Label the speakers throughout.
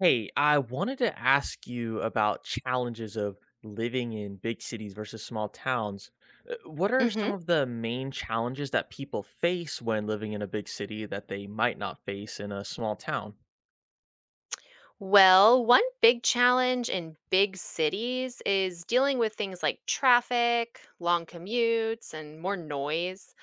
Speaker 1: Hey, I wanted to ask you about challenges of living in big cities versus small towns. What are some
Speaker 2: hmm
Speaker 1: of the main challenges that people face when living in a big city that they might not face in a small town?
Speaker 2: Well, one big challenge in big cities is dealing with things like traffic, long commutes, and more noise.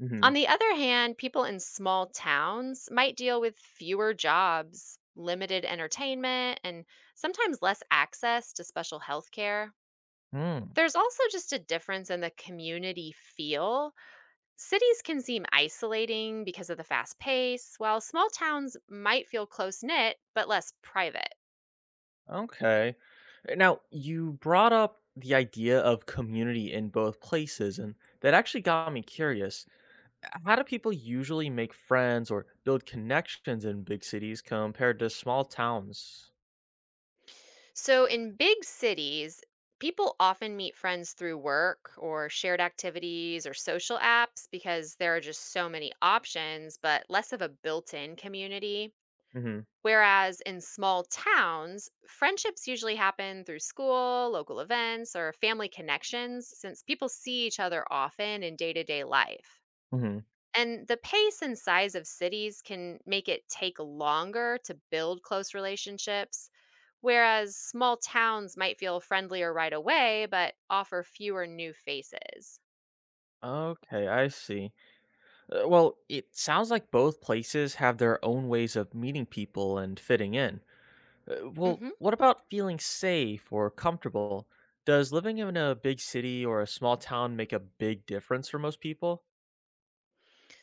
Speaker 1: Hmm.
Speaker 2: On the other hand, people in small towns might deal with fewer jobs, limited entertainment, and sometimes less access to special health care.
Speaker 1: Hmm.
Speaker 2: There's also just a difference in the community feel. Cities can seem isolating because of the fast pace, while small towns might feel close knit but less private.
Speaker 1: Okay. Now, you brought up the idea of community in both places, and that actually got me curious. How do people usually make friends or build connections in big cities compared to small towns?
Speaker 2: So, in big cities, people often meet friends through work or shared activities or social apps because there are just so many options, but less of a built in community.
Speaker 1: Hmm.
Speaker 2: Whereas in small towns, friendships usually happen through school, local events, or family connections since people see each other often in day to day life.
Speaker 1: Hmm.
Speaker 2: And the pace and size of cities can make it take longer to build close relationships, whereas small towns might feel friendlier right away but offer fewer new faces.
Speaker 1: Okay, I see. Well, it sounds like both places have their own ways of meeting people and fitting in. Well,
Speaker 2: hmm
Speaker 1: what about feeling safe or comfortable? Does living in a big city or a small town make a big difference for most people?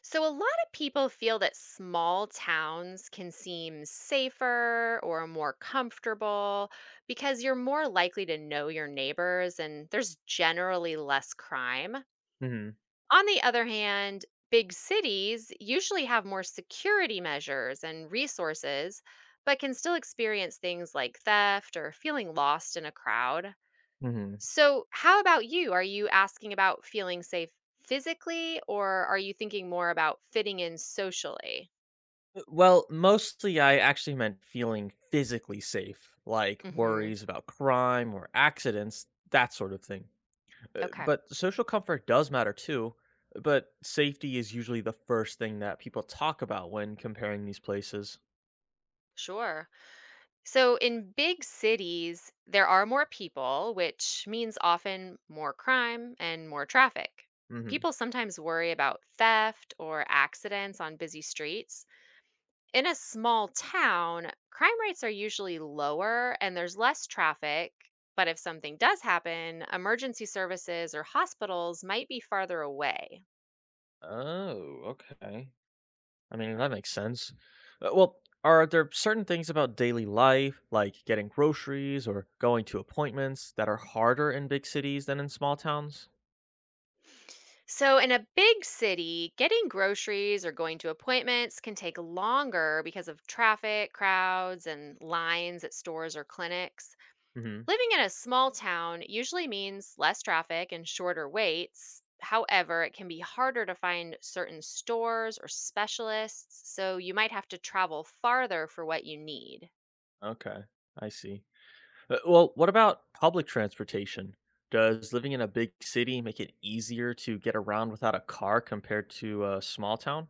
Speaker 2: So, a lot of people feel that small towns can seem safer or more comfortable because you're more likely to know your neighbors and there's generally less crime.
Speaker 1: Hmm.
Speaker 2: On the other hand, big cities usually have more security measures and resources, but can still experience things like theft or feeling lost in a crowd.
Speaker 1: Hmm.
Speaker 2: So, how about you? Are you asking about feeling safe physically, or are you thinking more about fitting in socially?
Speaker 1: Well, mostly I actually meant feeling physically safe, like
Speaker 2: hmm
Speaker 1: worries about crime or accidents, that sort of thing. Uh,
Speaker 2: Okay,
Speaker 1: But social comfort does matter too. But safety is usually the first thing that people talk about when comparing these places.
Speaker 2: sure. So, in big cities, there are more people, which means often more crime and more traffic.
Speaker 1: Hmm.
Speaker 2: People sometimes worry about theft or accidents on busy streets. In a small town, crime rates are usually lower and there's less traffic. But if something does happen, emergency services or hospitals might be farther away.
Speaker 1: Oh, okay. I mean, that makes sense. Well, are there certain things about daily life, like getting groceries or going to appointments, that are harder in big cities than in small towns?
Speaker 2: So, in a big city, getting groceries or going to appointments can take longer because of traffic, crowds, and lines at stores or clinics.
Speaker 1: Hmm.
Speaker 2: Living in a small town usually means less traffic and shorter waits. However, it can be harder to find certain stores or specialists, so you might have to travel farther for what you need.
Speaker 1: Okay, I see. Well, what about public transportation? Does living in a big city make it easier to get around without a car compared to a small town?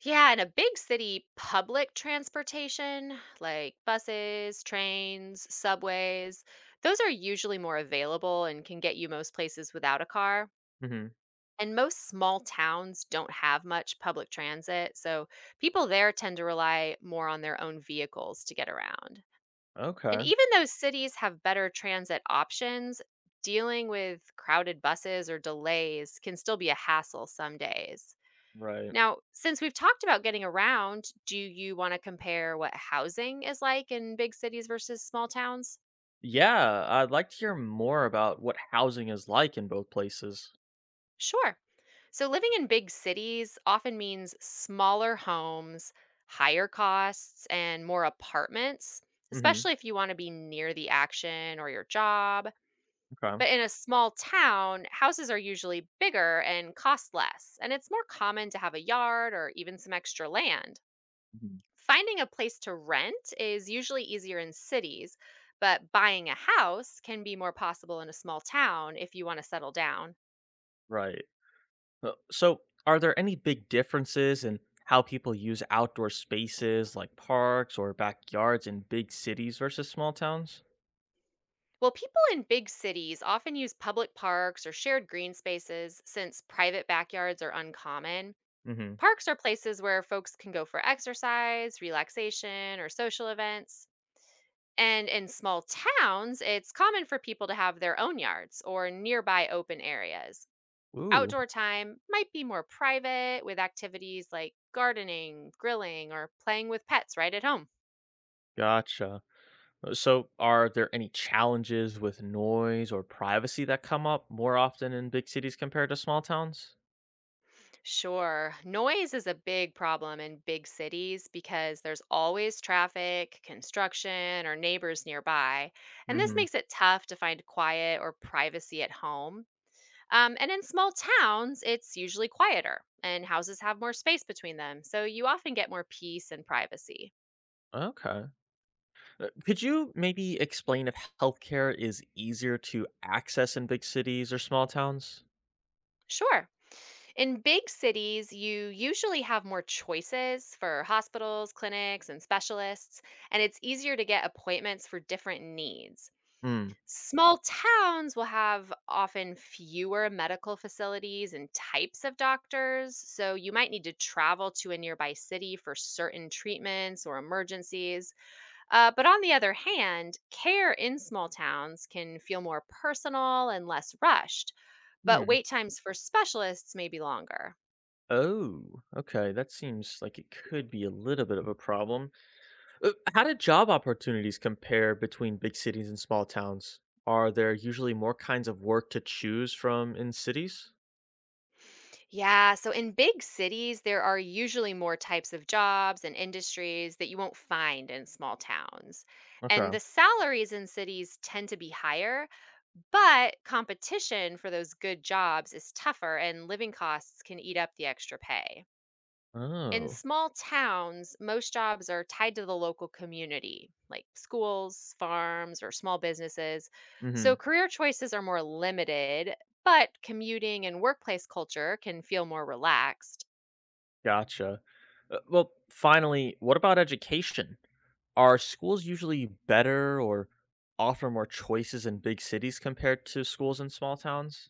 Speaker 2: Yeah, in a big city, public transportation like buses, trains, subways, those are usually more available and can get you most places without a car.
Speaker 1: Hmm.
Speaker 2: And most small towns don't have much public transit, so people there tend to rely more on their own vehicles to get around. And
Speaker 1: Okay,
Speaker 2: even though cities have better transit options, dealing with crowded buses or delays can still be a hassle some days.
Speaker 1: right.
Speaker 2: Now, since we've talked about getting around, do you want to compare what housing is like in big cities versus small towns?
Speaker 1: Yeah, I'd like to hear more about what housing is like in both places.
Speaker 2: Sure. So, living in big cities often means smaller homes, higher costs, and more apartments, especially
Speaker 1: Hmm.
Speaker 2: if you want to be near the action or your job.
Speaker 1: Okay.
Speaker 2: But in a small town, houses are usually bigger and cost less, and it's more common to have a yard or even some extra land.
Speaker 1: Mhm.
Speaker 2: Finding a place to rent is usually easier in cities, but buying a house can be more possible in a small town if you want to settle down.
Speaker 1: Right. So, are there any big differences in how people use outdoor spaces like parks or backyards in big cities versus small towns?
Speaker 2: Well, people in big cities often use public parks or shared green spaces since private backyards are uncommon.
Speaker 1: Hmm.
Speaker 2: Parks are places where folks can go for exercise, relaxation, or social events. And in small towns, it's common for people to have their own yards or nearby open areas.
Speaker 1: Ooh,
Speaker 2: Outdoor time might be more private with activities like gardening, grilling, or playing with pets right at home.
Speaker 1: gotcha. So, are there any challenges with noise or privacy that come up more often in big cities compared to small towns?
Speaker 2: Sure, noise is a big problem in big cities because there's always traffic, construction, or neighbors nearby. And this
Speaker 1: Hmm.
Speaker 2: makes it tough to find quiet or privacy at home. And in small towns, it's usually quieter and houses have more space between them. So you often get more peace and privacy.
Speaker 1: Okay. Could you maybe explain if healthcare is easier to access in big cities or small towns?
Speaker 2: Sure. In big cities, you usually have more choices for hospitals, clinics, and specialists, and it's easier to get appointments for different needs.
Speaker 1: Hmm.
Speaker 2: Small towns will have often fewer medical facilities and types of doctors, so you might need to travel to a nearby city for certain treatments or emergencies. But on the other hand, care in small towns can feel more personal and less rushed, but
Speaker 1: Hmm.
Speaker 2: wait times for specialists may be longer.
Speaker 1: Oh, okay. That seems like it could be a little bit of a problem. How do job opportunities compare between big cities and small towns? Are there usually more kinds of work to choose from in cities?
Speaker 2: Yeah, so in big cities, there are usually more types of jobs and industries that you won't find in small towns. And
Speaker 1: Okay.
Speaker 2: the salaries in cities tend to be higher, but competition for those good jobs is tougher, and living costs can eat up the extra pay in
Speaker 1: Oh,
Speaker 2: small towns, most jobs are tied to the local community, like schools, farms, or small businesses. So
Speaker 1: Mhm.
Speaker 2: career choices are more limited, but commuting and workplace culture can feel more relaxed.
Speaker 1: Gotcha. Well, finally, what about education? Are schools usually better or offer more choices in big cities compared to schools in small towns?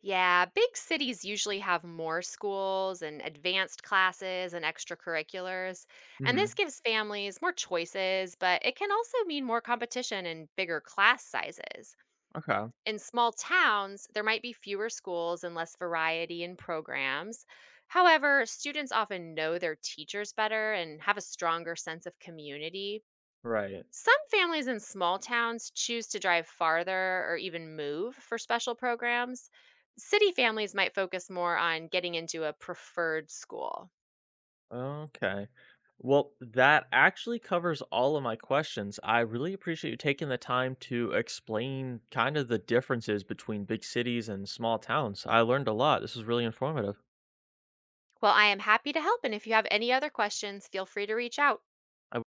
Speaker 2: Yeah, big cities usually have more schools and advanced classes and extracurriculars. And this
Speaker 1: Mhm.
Speaker 2: gives families more choices, but it can also mean more competition and bigger class sizes.
Speaker 1: Okay.
Speaker 2: In small towns, there might be fewer schools and less variety in programs. However, students often know their teachers better and have a stronger sense of community.
Speaker 1: Right.
Speaker 2: Some families in small towns choose to drive farther or even move for special programs. City families might focus more on getting into a preferred school.
Speaker 1: Okay. Well, that actually covers all of my questions. I really appreciate you taking the time to explain kind of the differences between big cities and small towns. I learned a lot. This was really informative.
Speaker 2: Well, I am happy to help, and if you have any other questions, feel free to reach out.
Speaker 1: I